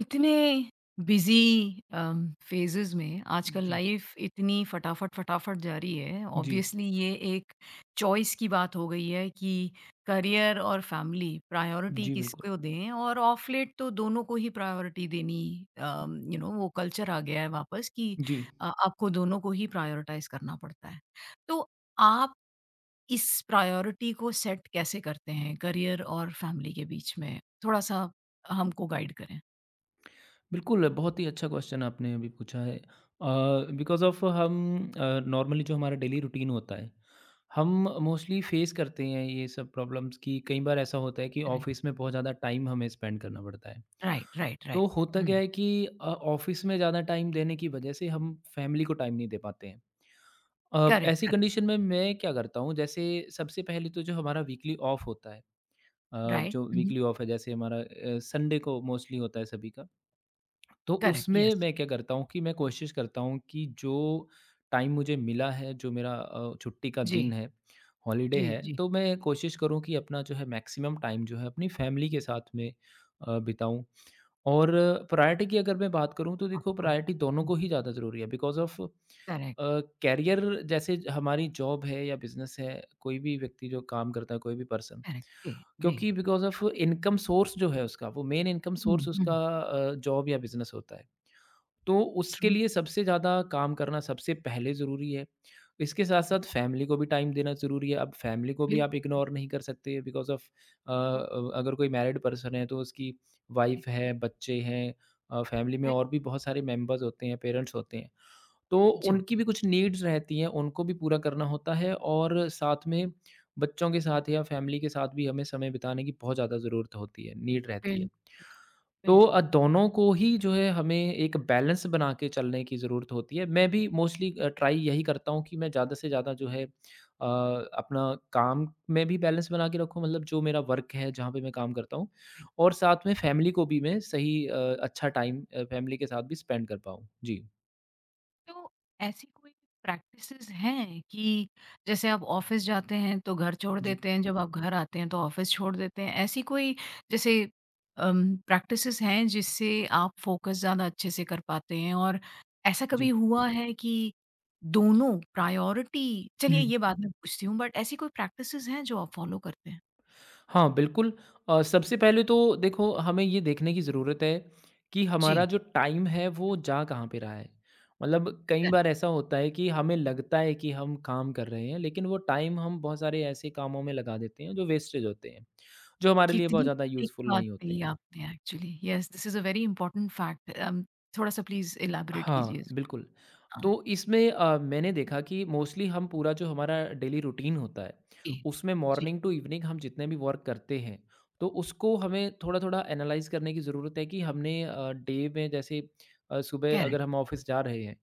इतने busy phases में आजकल जी, लाइफ इतनी फटाफट फटाफट जा रही है। जी, ऑब्वियसली ये एक चॉइस की बात हो गई है कि करियर और फैमिली प्रायोरिटी जी, बिल्कुल। किसको दें, और ऑफ लेट तो दोनों को ही प्रायोरिटी देनी, यू नो, वो कल्चर आ गया है वापस कि जी, आपको दोनों को ही प्रायोरिटाइज करना पड़ता है। तो आप इस प्रायोरिटी को सेट कैसे करते हैं करियर और फैमिली के बीच में? थोड़ा सा हमको गाइड करें। बिल्कुल, बहुत ही अच्छा क्वेश्चन आपने अभी पूछा है। बिकॉज़ ऑफ़ हम नॉर्मली जो हमारा डेली रूटीन होता है, हम मोस्टली फेस करते हैं ये सब प्रॉब्लम्स कि कई बार ऐसा होता है कि ऑफ़िस में बहुत ज़्यादा टाइम हमें स्पेंड करना पड़ता है। राइट, राइट, तो राइट। होता हुँ, क्या है कि ऑफ़िस में ज़्यादा टाइम देने की वजह से हम फैमिली को टाइम नहीं दे पाते हैं। करेक्ट, ऐसी करेक्ट, कंडीशन में मैं क्या करता हूँ, जैसे सबसे पहले तो जो हमारा वीकली ऑफ होता है, राइट, जो हुँ, हुँ, वीकली ऑफ है, जैसे हमारा संडे को मोस्टली होता है सभी का। तो करेक्ट, उसमें यस। मैं क्या करता हूँ कि मैं कोशिश करता हूँ कि जो टाइम मुझे मिला है, जो मेरा छुट्टी का दिन जी, है, हॉलीडे जी, है, जी, तो मैं कोशिश करूँ कि अपना जो है मैक्सिमम टाइम जो है अपनी फैमिली के साथ में बिताऊं। और प्रायोरिटी की अगर मैं बात करूँ तो देखो, बिल्कुल। प्रायोरिटी दोनों हुँ, को ही ज़्यादा ज़रूरी है बिकॉज़ ऑफ़ करेक्ट, करियर, जैसे हमारी जॉब है या बिज़नेस है, कोई भी व्यक्ति जो काम करता है, कोई भी पर्सन, करेक्ट, जी, जी। क्योंकि बिकॉज़ ऑफ़ इनकम सोर्स जो है उसका, वो मेन इनकम सोर्स हुँ, उसका हुँ, जॉब या बिज़नेस होता है। तो ट्रू, उसके लिए सबसे ज़्यादा काम करना सबसे पहले ज़रूरी है। इसके साथ-साथ फैमिली को भी टाइम देना ज़रूरी है। अब फैमिली को भी आप बिल्कुल, इग्नोर नहीं कर सकते बिकॉज़ ऑफ़ ट्रू, अगर कोई मैरिड पर्सन है तो उसकी वाइफ़ करेक्ट, करेक्ट, है, बच्चे हैं, फैमिली में राइट, और भी बहुत सारे मेंबर्स होते हैं, पेरेंट्स होते हैं। तो जो उनकी भी कुछ नीड्स रहती हैं, उनको भी पूरा करना होता है और साथ में बच्चों के साथ या फैमिली के साथ भी हमें समय बिताने की बहुत ज़्यादा ज़रूरत होती है, नीड रहती बिल्कुल, है। बिल्कुल, तो बिल्कुल, राइट। दोनों को ही जो है हमें एक बैलेंस बना के चलने की ज़रूरत होती है। मैं भी मोस्टली ट्राई यही करता हूँ कि मैं ज़्यादा से ज़्यादा जो है अपना काम में भी बैलेंस बना के रखूँ, मतलब जो मेरा वर्क है, जहाँ पे मैं काम करता हूँ, और साथ में फैमिली को भी मैं सही अच्छा टाइम फैमिली के साथ भी स्पेंड कर पाऊँ। जी। तो ऐसी कोई प्रैक्टिसेस हैं कि जैसे आप ऑफिस जाते हैं तो घर छोड़ जी, देते हैं, जब आप घर आते हैं तो ऑफिस छोड़ देते हैं? ऐसी कोई, जैसे प्रैक्टिसेस हैं जिससे आप फोकस ज़्यादा अच्छे से कर पाते हैं, और ऐसा कभी जी। हुआ है कि दोनों प्रायोरिटी? हुँ। चलिए ये बात मैं पूछती हूँ, बट ऐसी कोई प्रैक्टिसेस हैं जो आप फॉलो करते हैं? हाँ, बिल्कुल। सबसे पहले तो देखो, हमें ये देखने की ज़रूरत है कि हमारा जी, जो टाइम है वो जा कहाँ पे रहा है। मतलब कई कर बार ऐसा होता है कि हमें लगता है कि हम काम कर रहे हैं, लेकिन वो टाइम हम बहुत सारे ऐसे कामों में लगा देते हैं जो वेस्टेज होते हैं, जो हमारे लिए बहुत कितनी ज़्यादा एक यूज़फुल बात नहीं होते कही हैं। आपने actually. Yes, this is a very important fact. थोड़ा-सा प्लीज़ इलैबोरेट कीजिए हाँ, इसको। बिल्कुल। हाँ। तो इसमें मैंने देखा कि मोस्टली हम पूरा जो हमारा डेली रूटीन होता है, जी, उसमें जी, मॉर्निंग टू इवनिंग हम जितने भी वर्क करते हैं, तो उसको हमें थोड़ा-थोड़ा एनालाइज़ करने की ज़रूरत है कि हमने डे में जैसे सुबह करेक्ट, अगर हम ऑफ़िस जा रहे हैं,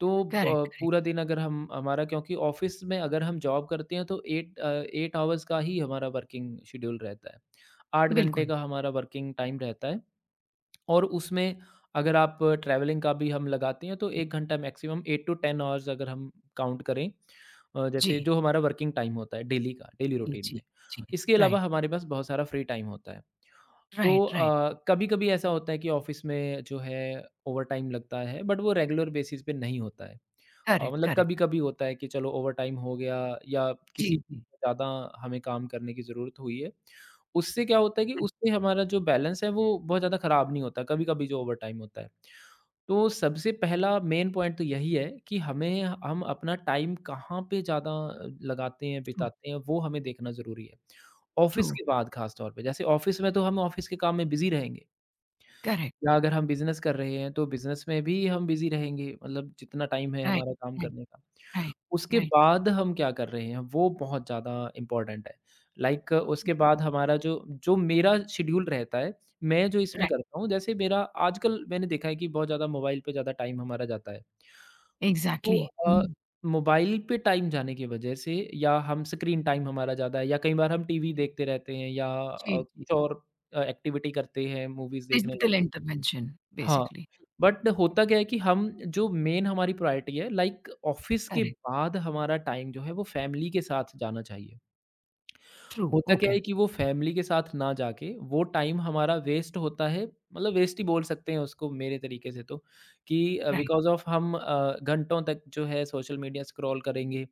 तो करेक्ट, करेक्ट, पूरा दिन अगर हम हमारा, क्योंकि ऑफ़िस में अगर हम जॉब करते हैं तो 8 8 आवर्स का ही हमारा वर्किंग शेड्यूल रहता है। 8 घंटे बिल्कुल। का हमारा वर्किंग टाइम रहता है। और उसमें अगर आप ट्रैवलिंग का भी हम लगाते हैं तो जी, 1 घंटा मैक्सिमम, 8 टू 10 हॉर्स अगर हम काउंट करें जैसे जो हमारा वर्किंग टाइम होता है डेली का, डेली जी, रूटीन जी, में। जी, इसके अलावा राइट, हमारे पास बहुत सारा फ्री टाइम होता है। तो राइट, राइट, कभी-कभी ऐसा होता है कि ऑफ़िस में जो है ओवरटाइम लगता है, बट वो रेगुलर बेसिस पे नहीं होता है। करेक्ट, मतलब करेक्ट, कभी-कभी होता है कि चलो ओवरटाइम हो गया या जी, किसी जी, ज़्यादा हमें काम करने की ज़रूरत हुई है। उससे क्या होता है कि करेक्ट, उससे हमारा जो बैलेंस है वो बहुत ज़्यादा ख़राब नहीं होता, कभी-कभी जो ओवरटाइम होता है। तो सबसे पहला मेन पॉइंट तो यही है कि हमें हम अपना टाइम कहाँ पे ज़्यादा लगाते हैं, ट्रू, बिताते हैं, वो हमें देखना ज़रूरी है। ट्रू, ऑफ़िस के बाद ख़ास तौर पे, जैसे ऑफ़िस में तो हम ऑफ़िस के काम में बिज़ी रहेंगे। करेक्ट, या अगर हम बिज़नेस कर रहे हैं, तो बिज़नेस में भी हम बिज़ी रहेंगे, मतलब जितना टाइम है राइट, हमारा काम राइट, करने का। राइट, उसके राइट, बाद हम क्या कर रहे हैं, वो बहुत ज़्यादा इम्पोर्टेंट है। लाइक उसके बाद हमारा जो जो मेरा शेड्यूल रहता है, मैं जो इसमें राइट, करता हूँ, जैसे मेरा, आजकल मैंने देखा है कि बहुत ज़्यादा मोबाइल पे ज़्यादा टाइम हमारा जाता है। तो एग्ज़ैक्टली, अ, हुँ, मोबाइल पे टाइम जाने की वजह से या हम स्क्रीन टाइम हमारा ज़्यादा है या कई बार हम टीवी देखते रहते हैं या जी, जी, कुछ और एक्टिविटी करते हैं, मूवीज़ देखने लगते डिजिटल हैं। इंटरवेंशन हाँ, बेसिकली, बट होता क्या है कि हम जो मेन हमारी प्रायोरिटी है, लाइक ऑफ़िस के करेक्ट, बाद हमारा टाइम जो है वो फैमिली के साथ जाना चाहिए। ट्रू, होता क्या ओके, है कि वो फैमिली के साथ ना जाके वो टाइम हमारा वेस्ट होता है, मतलब वेस्ट ही बोल सकते हैं उसको मेरे तरीके से, तो कि राइट, बिकॉज ऑफ हम घंटों तक जो है सोशल मीडिया स्क्रॉल करेंगे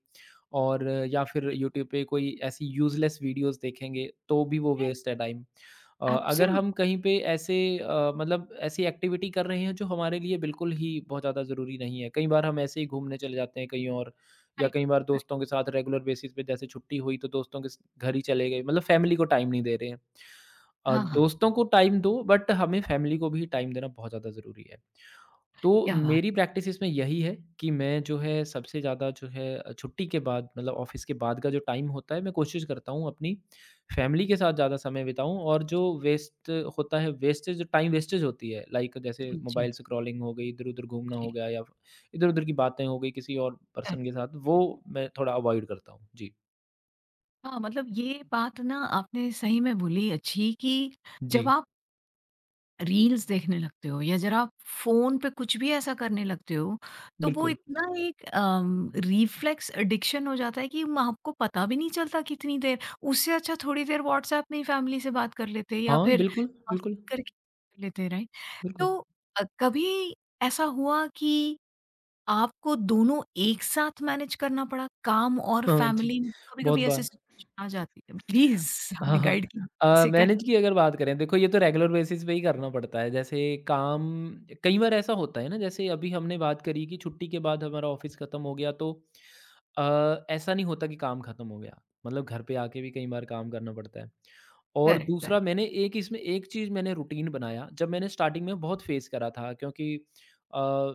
और या फिर यूट्यूब पे कोई ऐसी यूजलेस वीडियोस देखेंगे, तो भी वो करेक्ट, वेस्ट है टाइम। अगर एब्सोल्यूट, हम कहीं पे ऐसे मतलब ऐसी एक्टिविटी कर रहे हैं जो हमारे लिए बिल्कुल ही बहुत ज़्यादा ज़रूरी नहीं है, कई बार हम ऐसे ही घूमने चले जाते हैं कहीं और, या राइट, कई बार दोस्तों के साथ रेगुलर बेसिस पे, जैसे छुट्टी हुई तो दोस्तों के स घर ही चले गए, मतलब फैमिली को टाइम नहीं दे रहे हैं। हाँ, हाँ, दोस्तों को टाइम दो, बट हमें फैमिली को भी टाइम देना बहुत ज़्यादा ज़रूरी है। तो क्या बात, मेरी प्रैक्टिस इसमें यही है कि मैं जो है सबसे ज़्यादा जो है छुट्टी के बाद, मतलब ऑफ़िस के बाद का जो टाइम होता है, मैं कोशिश करता हूँ अपनी फैमिली के साथ ज़्यादा समय बिताऊँ, और जो वेस्ट होता है, वेस्टेज जो टाइम वेस्टेज होती है लाइक जैसे जी, जी, मोबाइल स्क्रॉलिंग हो गई, इधर-उधर घूमना हो जी, गया या इधर-उधर की बातें हो गई किसी और पर्सन करेक्ट। के साथ, वो मैं थोड़ा अवॉइड करता हूँ। जी। हाँ, मतलब ये बात ना आपने सही में बोली अच्छी कि जी, जब आप रील्स देखने लगते हो या जरा आप फ़ोन पे कुछ भी ऐसा करने लगते हो, तो वो बिल्कुल। इतना एक रिफ्लेक्स एडिक्शन हो जाता है कि म आपको पता भी नहीं चलता कितनी देर। उससे अच्छा थोड़ी देर व्हाट्सएप में ही फ़ैमिली से बात कर लेते, या हाँ, फिर बिल्कुल, अ, बिल्कुल, करके कर लेते, राइट? बिल्कुल। तो कभी ऐसा हुआ कि आपको दोनों एक साथ मैनेज करना पड़ा, काम और हाँ जी, फ़ैमिली में? बहुत कभी-कभी ऐसे बार। सिचुएशन आ जाती है। प्लीज़ हाँ, हमें हाँ। गाइड कीजिए कैसे कर, मैनेज की अगर बात करें, देखो ये तो रेगुलर बेसिस पे ही करना पड़ता है। जैसे काम, कई बार ऐसा होता है ना, जैसे अभी हमने बात करी कि छुट्टी के बाद हमारा ऑफिस खत्म हो गया तो अ, ऐसा नहीं होता कि काम खत्म हो गया। मतलब घर पे आके भी कई बार काम करना पड़ता है। और करें, करें, दूसरा, मैंने एक इसमें एक चीज़ मैंने रूटीन बनाया, जब मैंने स्टार्टिंग में बहुत फेस करा था, क्योंकि अ,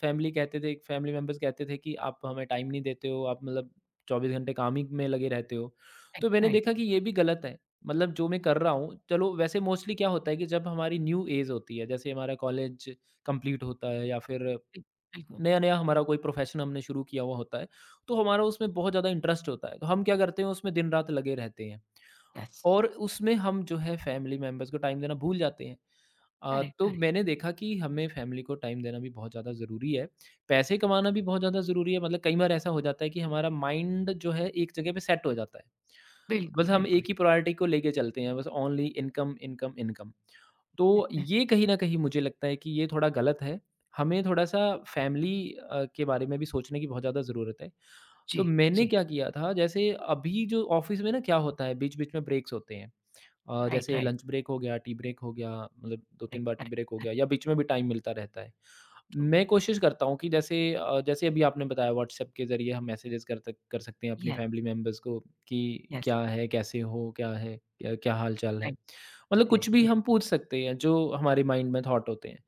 फैमिली कहते थे, फैमिली मेंबर्स कहते थे कि आप हमें टाइम नहीं देते हो, आप मतलब 24 घंटे काम ही में लगे रहते हो। राइट, तो मैंने राइट, देखा कि ये भी गलत है। मतलब जो मैं कर रहा हूँ, चलो वैसे मोस्टली क्या होता है कि जब हमारी न्यू ऐज होती है, जैसे हमारा कॉलेज कंप्लीट होता है या फिर बिल बिल्कुल। नया-नया हमारा कोई प्रोफ़ेशन हमने शुरू किया हुआ होता है, तो हमारा उसमें बहुत ज़्यादा इंटरेस्ट होता है। तो हम क्या करते हैं, उसमें दिन-रात लगे रहते हैं, दैट्स और उसमें हम जो है फैमिली मेंबर्स को टाइम देना भूल जाते हैं। करेक्ट, तो करेक्ट। मैंने देखा कि हमें फैमिली को टाइम देना भी बहुत ज़्यादा ज़रूरी है, पैसे कमाना भी बहुत ज़्यादा ज़रूरी है। मतलब कई बार ऐसा हो जाता है कि हमारा माइंड जो है एक जगह पे सेट हो जाता है। बस बिल्कुल, हम एक बिल्कुल। ही प्रायोरिटी को लेके चलते हैं, बस ओनली इनकम, इनकम, इनकम। तो हैं, ये कहीं न कहीं मुझे लगता है कि ये थोड़ा गलत है। हमें थोड़ा-सा फैमिली के बारे में भी सोचने की बहुत ज़्यादा ज़रूरत है। जी, तो मैंने जी। क्या किया था, जैसे अभी जो ऑफ़िस में ना क्या होता है, बीच-बीच में ब्रेक्स होते हैं। राइट, जैसे राइट, लंच ब्रेक हो गया, टी ब्रेक हो गया, मतलब 2-3 करेक्ट, बार टी करेक्ट, ब्रेक हो गया करेक्ट, या बीच में भी टाइम मिलता रहता है। ट्रू। मैं कोशिश करता हूँ कि जैसे अभी आपने बताया, व्हाट्सएप के ज़रिए हम मैसेजेस कर तक कर सकते हैं अपनी येस, फैमिली मेम्बर्स को कि येस, क्या है, कैसे हो, क्या है, क्या क्या हाल-चाल है। राइट, मतलब कुछ करेक्ट, भी येस। हम पूछ सकते हैं जो हमारे माइंड में थॉट होते हैं।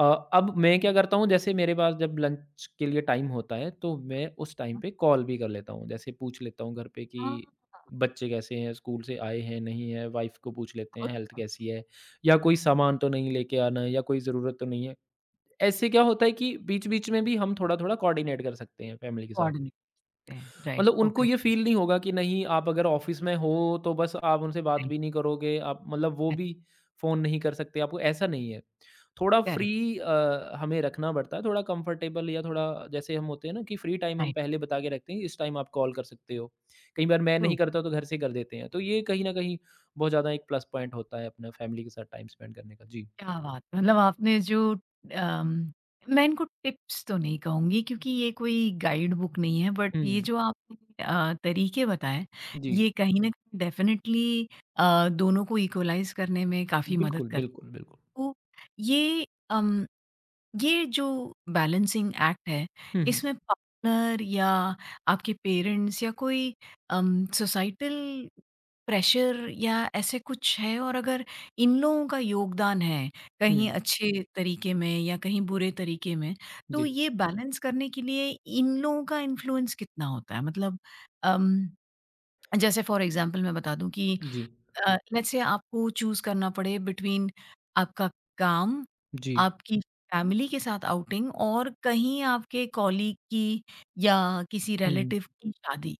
अ, अब मैं क्या करता हूँ, जैसे मेरे पास जब लंच के लिए टाइम होता है तो मैं उस टाइम पे कॉल भी कर लेता हूँ। जैसे पूछ लेता हूँ घर पे कि हाँ, बच्चे कैसे हैं, स्कूल से आए हैं, नहीं है, वाइफ़ को पूछ लेते हैं और हेल्थ कैसी है या कोई सामान तो नहीं लेके आना है या कोई ज़रूरत तो नहीं है। ऐसे क्या होता है कि बीच-बीच में भी हम थोड़ा-थोड़ा कोऑर्डिनेट कर सकते हैं फैमिली के साथ। कोऑर्डिनेट करते हैं। राइट, मतलब उनको ओके, ये फ़ील नहीं होगा कि नहीं, आप अगर ऑफ़िस में हो तो बस आप उनसे बात राइट, भी नहीं करोगे, आप मतलब वो करेक्ट, भी फ़ोन नहीं कर सकते आपको, ऐसा नहीं है। थोड़ा फ्री करेक्ट, हमें रखना पड़ता है, थोड़ा कंफर्टेबल या थोड़ा जैसे हम होते हैं ना कि फ्री टाइम हम राइट, पहले बता के रखते हैं, इस टाइम आप कॉल कर सकते हो। कई बार मैं नहीं ट्रू। करता तो घर से कर देते हैं। तो ये कहीं न कहीं बहुत ज़्यादा एक प्लस पॉइंट होता है अपना फैमिली के साथ टाइम स्पेंड करने का। जी। क्या बात है! मतलब आपने जो अम, मैं इनको टिप्स तो नहीं कहूँगी, क्योंकि ये कोई गाइड बुक नहीं है, बट हुँ, ये हुँ। जो आपने तरीके बताए, जी। ये कहीं न कहीं डेफ़िनेटली दोनों को इक्वलाइज़ करने में काफ़ी मदद बिल्कुल, करते बिल्कुल, बिल्कुल। हैं। तो ये अम ये जो बैलेंसिंग एक्ट है, हुँ, हुँ। इसमें पार्टनर या आपके पेरेंट्स या कोई सोसाइटल प्रेशर या ऐसे कुछ है, और अगर इन लोगों का योगदान है, हुँ। कहीं अच्छे तरीके में या कहीं बुरे तरीके में, तो जी। ये बैलेंस करने के लिए इन लोगों का इन्फ्लुएंस कितना होता है? मतलब अम, जैसे फॉर एग्ज़ाम्पल मैं बता दूँ कि जी। लेट्स से आपको चूज़ करना पड़े बिटवीन आपका काम, जी। आपकी फैमिली के साथ आउटिंग, और कहीं आपके कॉलीग की या किसी हुँ, हुँ। रिलेटिव की शादी,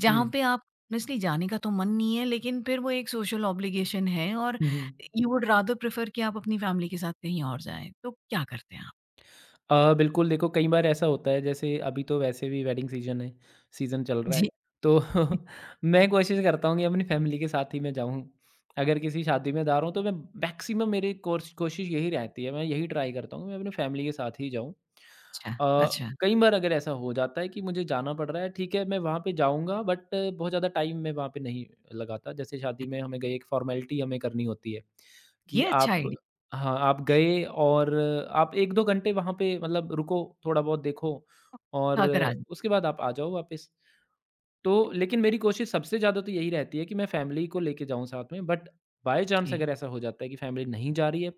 जहाँ हुँ। पे आप ऑनेस्टली जाने का तो मन नहीं है, लेकिन फिर वो एक सोशल ऑब्लिगेशन है, और हुँ, हुँ। यू वुड रादर प्रेफर कि आप अपनी फैमिली के साथ कहीं और जाएँ, तो क्या करते हैं आप? बिल्कुल देखो, कई बार ऐसा होता है जैसे अभी तो वैसे भी वेडिंग सीज़न है, सीज़न चल रहा है। जी। तो मैं कोशिश करता हूँ कि अपनी फैमिली के साथ ही मैं जाऊँ। अगर किसी शादी में जा रहा हूँ तो मैं मैक्सिमम मेरी कोर्स कोशिश यही रहती है, मैं यही ट्राई करता हूँ कि मैं अपनी फैमिली के साथ ही जाऊँ। अच्छा, अच्छा, कई बार अगर ऐसा हो जाता है कि मुझे जाना पड़ रहा है, ठीक है, मैं वहाँ पे जाऊँगा बट बहुत ज़्यादा टाइम मैं वहाँ पे नहीं लगाता। जैसे शादी में हमें गए, एक फ़ॉर्मेलिटी हमें करनी होती है कि ये अच्छा आप। आइडिया हाँ, आप गए और आप 1-2 घंटे वहाँ पे मतलब रुको, थोड़ा बहुत देखो और था करा। उसके बाद आप आ जाओ वापस। तो लेकिन मेरी कोशिश सबसे ज़्यादा तो यही रहती है कि मैं फ़ैमिली को लेके जाऊँ साथ में, बट बाय चांस जी, अगर ऐसा हो जाता है कि फ़ैमिली नहीं जा रही है,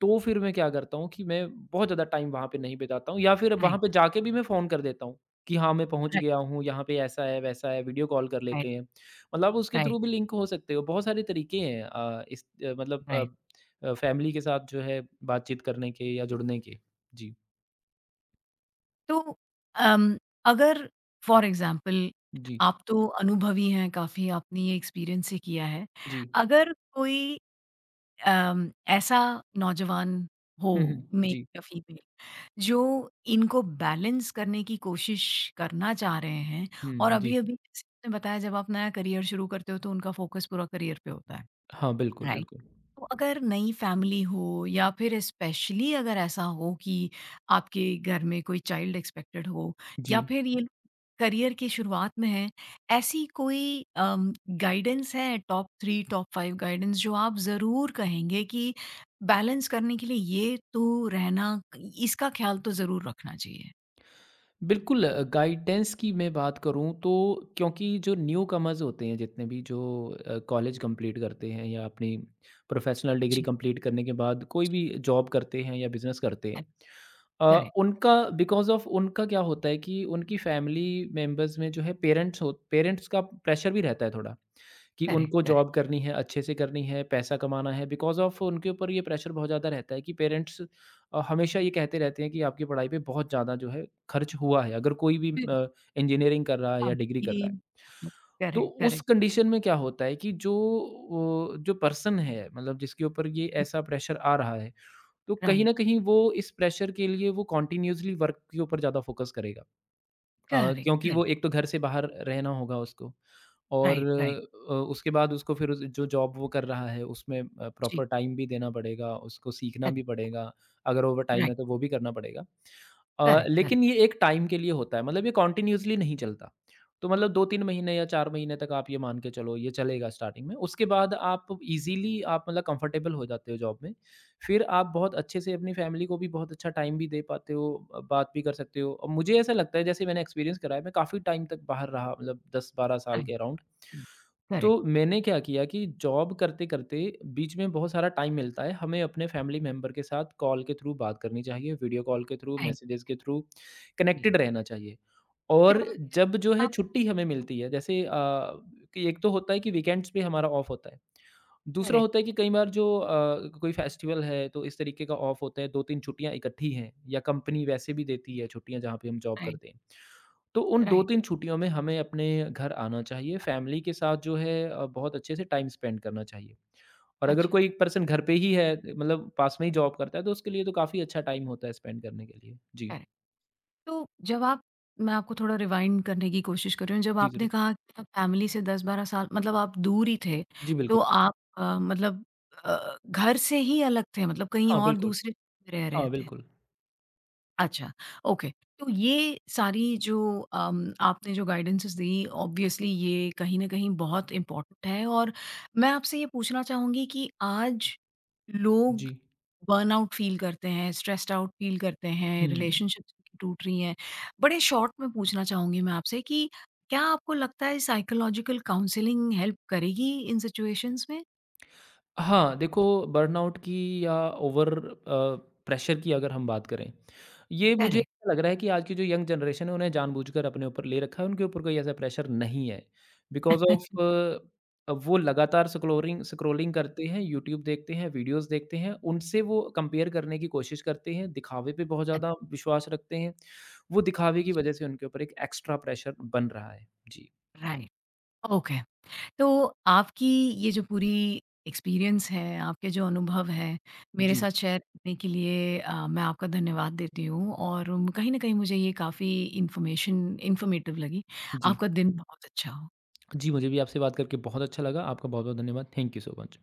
तो फिर मैं क्या करता हूँ कि मैं बहुत ज़्यादा टाइम वहाँ पे नहीं बिताता हूँ या फिर वहाँ राइट, पे जाके भी मैं फ़ोन कर देता हूँ कि हाँ, मैं पहुँच राइट, गया हूँ, यहाँ पे ऐसा है, वैसा है, वीडियो कॉल कर लेते राइट, हैं। मतलब उसके थ्रू राइट, भी लिंक हो सकते हो, बहुत सारे तरीके हैं अ, इस अ, मतलब अ राइट। अ, फ़ैमिली के साथ जो है बातचीत करने के या जुड़ने के। जी, तो अम, अगर फॉर एग्ज़ाम्पल जी, आप तो अनुभवी हैं काफ़ी, आपने ये एक्सपीरियंस ही किया है। जी। अगर कोई ऐसा नौजवान हो, हुँ, हुँ। मेल जी। या फीमेल, जो इनको बैलेंस करने की कोशिश करना चाह रहे हैं, और हुँ, जी। अभी-अभी जैसे आपने बताया जब आप नया करियर शुरू करते हो तो उनका फ़ोकस पूरा करियर पे होता है, हाँ, बिल्कुल, राइट? बिल्कुल। तो अगर नई फैमिली हो, या फिर स्पेशली अगर ऐसा हो कि आपके घर में कोई चाइल्ड एक्सपेक्टेड हो, जी। या फिर ये करियर की शुरुआत में है, ऐसी कोई गाइडेंस है, top three, top five guidance जो आप ज़रूर कहेंगे कि बैलेंस करने के लिए ये तो रहना, इसका ख्याल तो ज़रूर रखना चाहिए? बिल्कुल, गाइडेंस की मैं बात करूँ तो क्योंकि जो न्यू कमर्स होते हैं जितने भी जो कॉलेज कंप्लीट करते हैं या अपनी प्रोफेशनल डिग्री जी, कंप्लीट करने के बाद कोई भी जॉब करते हैं या बिजनेस करते हैं, करेक्ट, उनका बिकॉज़ ऑफ उनका क्या होता है कि उनकी फ़ैमिली मेंबर्स में जो है पेरेंट्स का प्रेशर भी रहता है थोड़ा, कि करेक्ट, उनको करेक्ट, जॉब करनी है, अच्छे से करनी है, पैसा कमाना है। बिकॉज़ ऑफ उनके ऊपर ये प्रेशर बहुत ज़्यादा रहता है कि पेरेंट्स हमेशा ये कहते रहते हैं कि आपकी पढ़ाई पे बहुत ज़्यादा जो है खर्च हुआ है, अगर कोई भी इंजीनियरिंग कर रहा है हाँ, या डिग्री कर ये, रहा है। तो करेक्ट, उस करेक्ट, कंडीशन में क्या होता है कि जो पर्सन है मतलब जिसके ऊपर ये ऐसा प्रेशर आ रहा है, तो कहीं राइट, न कहीं वो इस प्रेशर के लिए वो कंटीन्यूअसली वर्क के ऊपर ज़्यादा फ़ोकस करेगा। करेक्ट, क्योंकि वो करेक्ट, एक तो घर से बाहर रहना होगा उसको, और राइट, राइट, उसके बाद उसको फिर उस जो जॉब वो कर रहा है उसमें जी, प्रॉपर टाइम भी देना पड़ेगा, उसको सीखना correct. भी पड़ेगा, अगर ओवरटाइम राइट, है तो वो भी करना पड़ेगा। करेक्ट, करेक्ट, लेकिन ये एक टाइम के लिए होता है, मतलब ये कंटिन्यूअसली नहीं चलता। तो मतलब 2-3 महीने या 4 महीने तक आप ये मान के चलो ये चलेगा स्टार्टिंग में, उसके बाद आप ईज़िली आप मतलब कंफर्टेबल हो जाते हो जॉब में। फिर आप बहुत अच्छे से अपनी फैमिली को भी बहुत अच्छा टाइम भी दे पाते हो, बात भी कर सकते हो और मुझे ऐसा लगता है जैसे मैंने एक्सपीरियंस करा है, मैं काफ़ी टाइम तक बाहर रहा मतलब 10-12 साल राइट, के अराउंड। राइट, करेक्ट, तो मैंने क्या किया कि जॉब करते-करते बीच में बहुत सारा टाइम मिलता है, हमें अपने फैमिली मेंबर के साथ कॉल के थ्रू बात करनी चाहिए, वीडियो कॉल के थ्रू, राइट, मैसेजेस के थ्रू जी। कनेक्टेड रहना चाहिए। जब और आप, जब जो है छुट्टी हमें मिलती है जैसे कि एक तो होता है कि वीकेंड्स पे हमारा ऑफ होता है। दूसरा होता करेक्ट, है कि कई बार जो कोई फेस्टिवल है तो इस तरीके का ऑफ होता है, 2-3 छुट्टियाँ इकट्ठी हैं या कंपनी वैसे भी देती है छुट्टियाँ जहाँ पे हम जॉब राइट, करते हैं। तो उन राइट, 2-3 छुट्टियों में हमें अपने घर आना चाहिए, फैमिली के साथ जो है बहुत अच्छे से टाइम स्पेंड करना चाहिए। और अगर अच्छा, कोई पर्सन घर पे ही है मतलब पास में ही जॉब करता है, तो उसके लिए तो काफ़ी अच्छा टाइम होता है स्पेंड करने के लिए। जी, करेक्ट। तो जब आप, मैं आपको थोड़ा रिवाइंड करने की कोशिश कर रही हूँ, जब जी ज़रूर। आपने कहा कि आप फैमिली से 10-12 साल मतलब आप दूर ही थे, जी, बिल्कुल। तो आप मतलब घर से ही अलग थे, मतलब कहीं हाँ, और बिल्कुल। दूसरे शहर में रह रहे हाँ, थे? बिल्कुल। अच्छा, ओके। तो ये सारी जो आपने जो गाइडेंसेस दी, ऑब्वियसली ये कहीं न कहीं बहुत इम्पोर्टेंट है, और मैं आपसे ये पूछना चाहूँगी कि आज लोग जी। बर्नआउट फ़ील करते हैं, स्ट्रेस्ड आउट फ़ील करते हैं, हुँ। रिलेशनशिप्स टूट रही हैं। बड़े शॉर्ट में पूछना चाहूँगी मैं आपसे कि क्या आपको लगता है साइकोलॉजिकल काउंसलिंग हेल्प करेगी इन सिचुएशंस में? हाँ, देखो, बर्नआउट की या ओवर प्रेशर की अगर हम बात करें, ये मुझे करेक्ट। ऐसा लग रहा है कि आज की जो यंग जनरेशन है उन्हें जानबूझकर अपने ऊपर ले रखा है, उनके ऊपर कोई ऐसा प्रेशर नहीं है। बिकॉज़ ऑफ़, वो लगातार स्क्रोलिंग स्क्रोलिंग करते हैं, यूट्यूब देखते हैं, वीडियोज़ देखते हैं, उनसे वो कंपेयर करने की कोशिश करते हैं, दिखावे पे बहुत ज़्यादा विश्वास रखते हैं। वो दिखावे की वजह से उनके ऊपर एक एक्स्ट्रा प्रेशर बन रहा है। जी, राइट, ओके। तो आपकी ये जो पूरी एक्सपीरियंस है, आपके जो अनुभव हैं, मेरे जी, साथ शेयर करने के लिए मैं आपका धन्यवाद देती हूँ, और कहीं न कहीं मुझे ये काफ़ी इन्फॉर्मेशन इन्फॉर्मेटिव लगी। जी। आपका दिन बहुत अच्छा हो। जी, मुझे भी आपसे बात करके बहुत अच्छा लगा। आपका बहुत-बहुत धन्यवाद। Thank you so much.